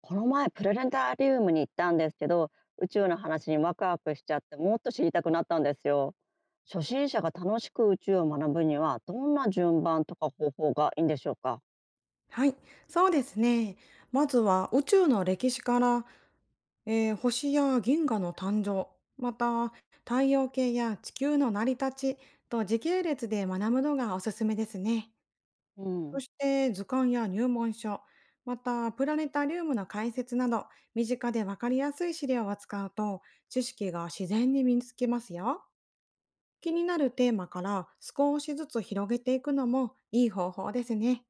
この前プラネタリウムに行ったんですけど、宇宙の話にワクワクしちゃって、もっと知りたくなったんですよ。初心者が楽しく宇宙を学ぶには、どんな順番とか方法がいいんでしょうか？はい、そうですね。まずは宇宙の歴史から、星や銀河の誕生、また太陽系や地球の成り立ちと時系列で学ぶのがおすすめですね。うそん、して図鑑や入門書、またプラネタリウムの解説など、身近でわかりやすい資料を使うと、知識が自然に身につきますよ。気になるテーマから少しずつ広げていくのもいい方法ですね。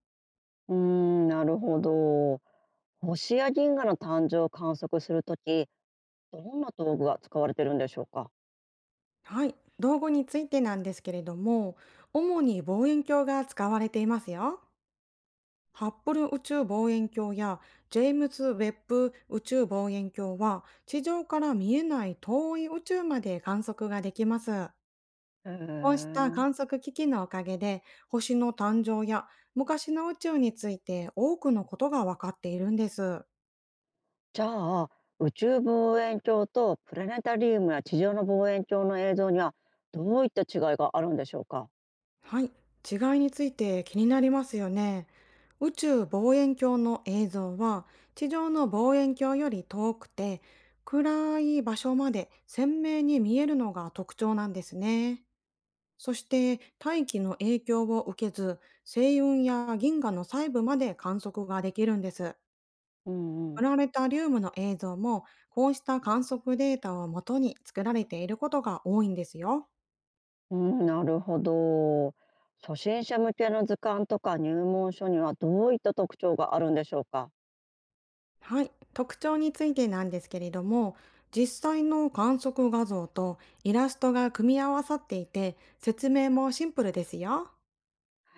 うーん、なるほど。星や銀河の誕生を観測するとき、どんな道具が使われてるんでしょうか？はい、道具についてなんですけれども、主に望遠鏡が使われていますよ。ハッブル宇宙望遠鏡やジェームズ・ウェッブ宇宙望遠鏡は地上から見えない遠い宇宙まで観測ができます。へこうしたえ。観測機器のおかげで星の誕生や昔の宇宙について多くのことが分かっているんです。じゃあ宇宙望遠鏡とプラネタリウムや地上の望遠鏡の映像には、どういった違いがあるんでしょうか？はい、違いについて気になりますよね。宇宙望遠鏡の映像は地上の望遠鏡より遠くて暗い場所まで鮮明に見えるのが特徴なんですね。そして大気の影響を受けず星雲や銀河の細部まで観測ができるんです。うんうん。プラネタリウムの映像もこうした観測データをもとに作られていることが多いんですよ。うん、なるほど。初心者向けの図鑑とか入門書には、どういった特徴があるんでしょうか？はい、特徴についてなんですけれども、実際の観測画像とイラストが組み合わさっていて、説明もシンプルですよ。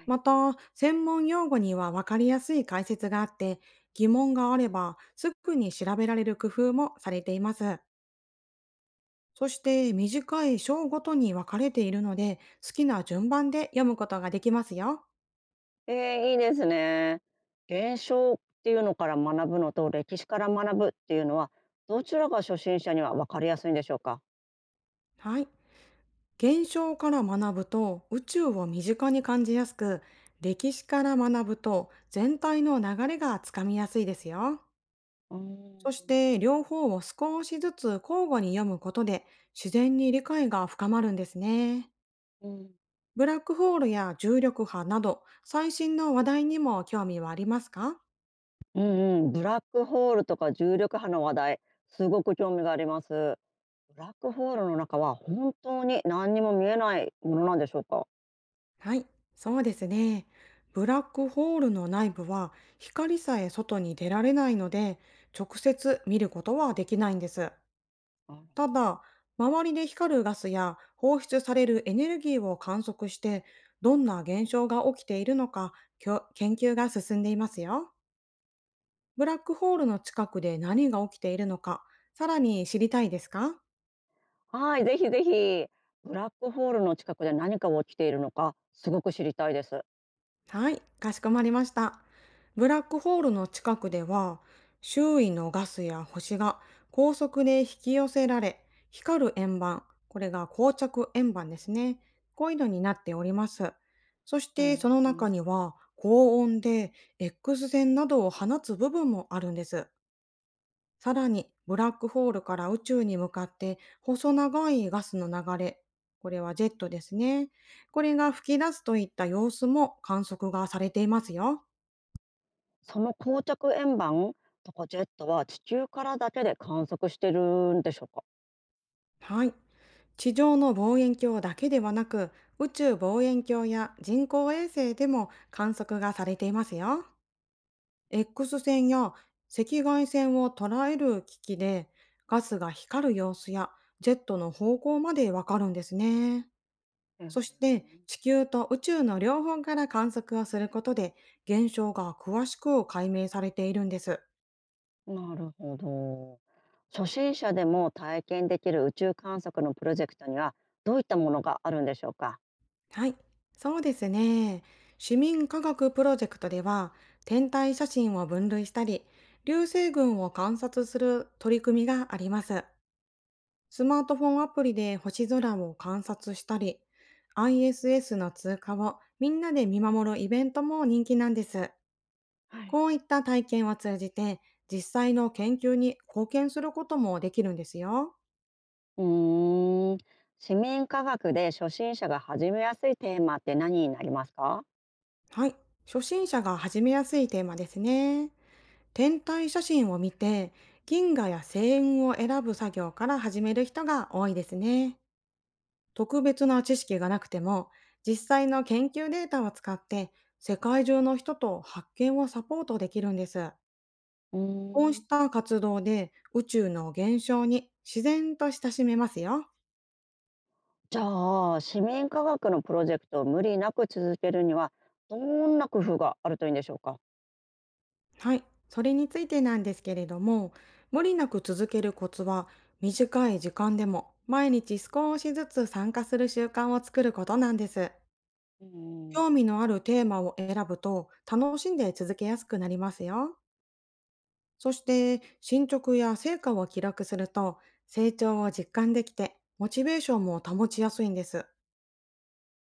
また、専門用語には分かりやすい解説があって、疑問があればすぐに調べられる工夫もされています。そして短い章ごとに分かれているので、好きな順番で読むことができますよ。えいいですね。現象っていうのから学ぶのと歴史から学ぶっていうのは、どちらが初心者には分かりやすいんでしょうか？はい。現象から学ぶと宇宙を身近に感じやすく、歴史から学ぶと全体の流れがつかみやすいですよ。うーそしん、て両方を少しずつ交互に読むことで自然に理解が深まるんですね。うん、ブラックホールや重力波など最新の話題にも興味はありますか？うんうん、ブラックホールとか重力波の話題、すごく興味があります。ブラックホールの中は本当に何にも見えないものなんでしょうか？はい、そうですね。ブラックホールの内部は光さえ外に出られないので直接見ることはできないんです。ただ、周りで光るガスや放出されるエネルギーを観測して、どんな現象が起きているのか、研究が進んでいますよ。ブラックホールの近くで何が起きているのか、さらに知りたいですか？はい、ぜひぜひ。ブラックホールの近くで何かが起きているのか、すごく知りたいです。はい、かしこまりました。ブラックホールの近くでは、周囲のガスや星が高速で引き寄せられ、光る円盤、これが膠着円盤ですね。こういうのになっております。そしうてその中ん。には、高温で X 線などを放つ部分もあるんです。さらに、ブラックホールから宇宙に向かって細長いガスの流れ、これはジェットですね。これが吹き出すといった様子も観測がされていますよ。その膠着円盤とかジェットは地球からだけで観測してるんでしょうか？はい。地上の望遠鏡だけではなく、宇宙望遠鏡や人工衛星でも観測がされていますよ。X 線や赤外線を捉える機器で、ガスが光る様子やジェットの方向までわかるんですね。うそん、して地球と宇宙の両方から観測をすることで現象が詳しく解明されているんです。なるほど。初心者でも体験できる宇宙観測のプロジェクトには、どういったものがあるんでしょうか？はい、そうですね。市民科学プロジェクトでは天体写真を分類したり流星群を観察する取り組みがあります。スマートフォンアプリで星空を観察したり ISS の通過をみんなで見守るイベントも人気なんです。はい。こういった体験を通じて、実際の研究に貢献することもできるんですよ。うーん、市民科学で初心者が始めやすいテーマって何になりますか？はい。初心者が始めやすいテーマですね。天体写真を見て、銀河や星雲を選ぶ作業から始める人が多いですね。特別な知識がなくても、実際の研究データを使って、世界中の人と発見をサポートできるんです。うこうーしん、た活動で宇宙の現象に自然と親しめますよ。じゃあ、市民科学のプロジェクトを無理なく続けるには、どんな工夫があるといいんでしょうか。はい、それについてなんですけれども、無理なく続けるコツは、短い時間でも毎日少しずつ参加する習慣を作ることなんです。うん、興味のあるテーマを選ぶと楽しんで続けやすくなりますよ。そして進捗や成果を記録すると成長を実感できてモチベーションも保ちやすいんです。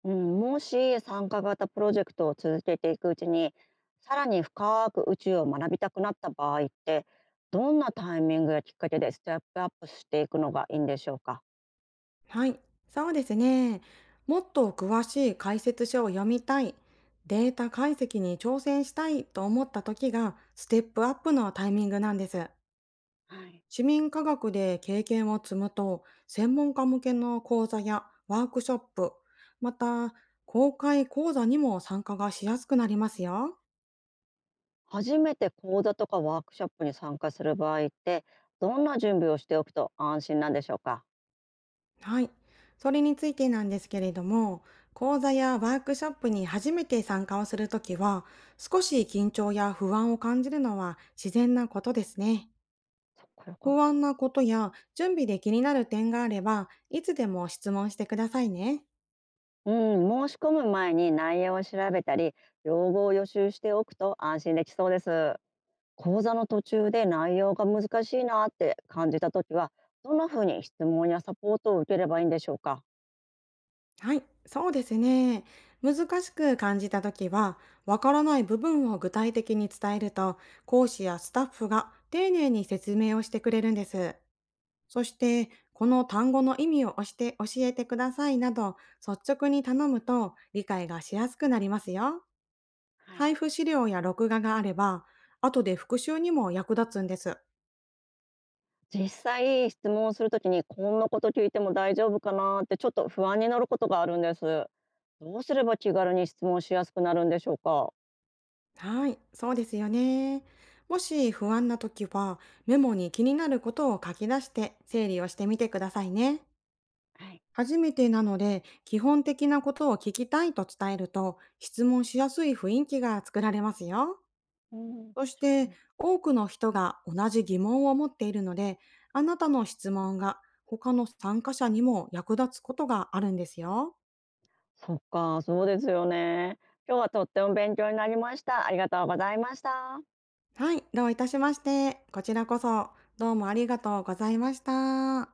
うん、もし参加型プロジェクトを続けていくうちに、さらに深く宇宙を学びたくなった場合って、どんなタイミングやきっかけでステップアップしていくのがいいんでしょうか。はい、そうですね。もっと詳しい解説書を読みたい、データ解析に挑戦したいと思った時がステップアップのタイミングなんです。はい。市民科学で経験を積むと、専門家向けの講座やワークショップ、また公開講座にも参加がしやすくなりますよ。初めて講座とかワークショップに参加する場合って、どんな準備をしておくと安心なんでしょうか。はい。それについてなんですけれども、講座やワークショップに初めて参加をするときは、少し緊張や不安を感じるのは自然なことですね。そっか、よかっ不た。安なことや準備で気になる点があれば、いつでも質問してくださいね。うん、申し込む前に内容を調べたり、用語を予習しておくと安心できそうです。講座の途中で内容が難しいなって感じたときは、どんな風に質問やサポートを受ければいいんでしょうか。はい、そうですね。難しく感じたときは、わからない部分を具体的に伝えると、講師やスタッフが丁寧に説明をしてくれるんです。そして、この単語の意味を押して教えてくださいなど、率直に頼むと理解がしやすくなりますよ。はい、配布資料や録画があれば、後で復習にも役立つんです。実際質問をするときに、こんなこと聞いても大丈夫かなって、ちょっと不安になることがあるんです。どうすれば気軽に質問しやすくなるんでしょうか。はい、そうですよね。もし不安な時は、メモに気になることを書き出して整理をしてみてくださいね。はい、初めてなので、基本的なことを聞きたいと伝えると、質問しやすい雰囲気が作られますよ。うん、そ確しかて、に。多くの人が同じ疑問を持っているので、あなたの質問が他の参加者にも役立つことがあるんですよ。そっか、そうですよね。今日はとっても勉強になりました。ありがとうございました。はい、どういたしまして。こちらこそ、どうもありがとうございました。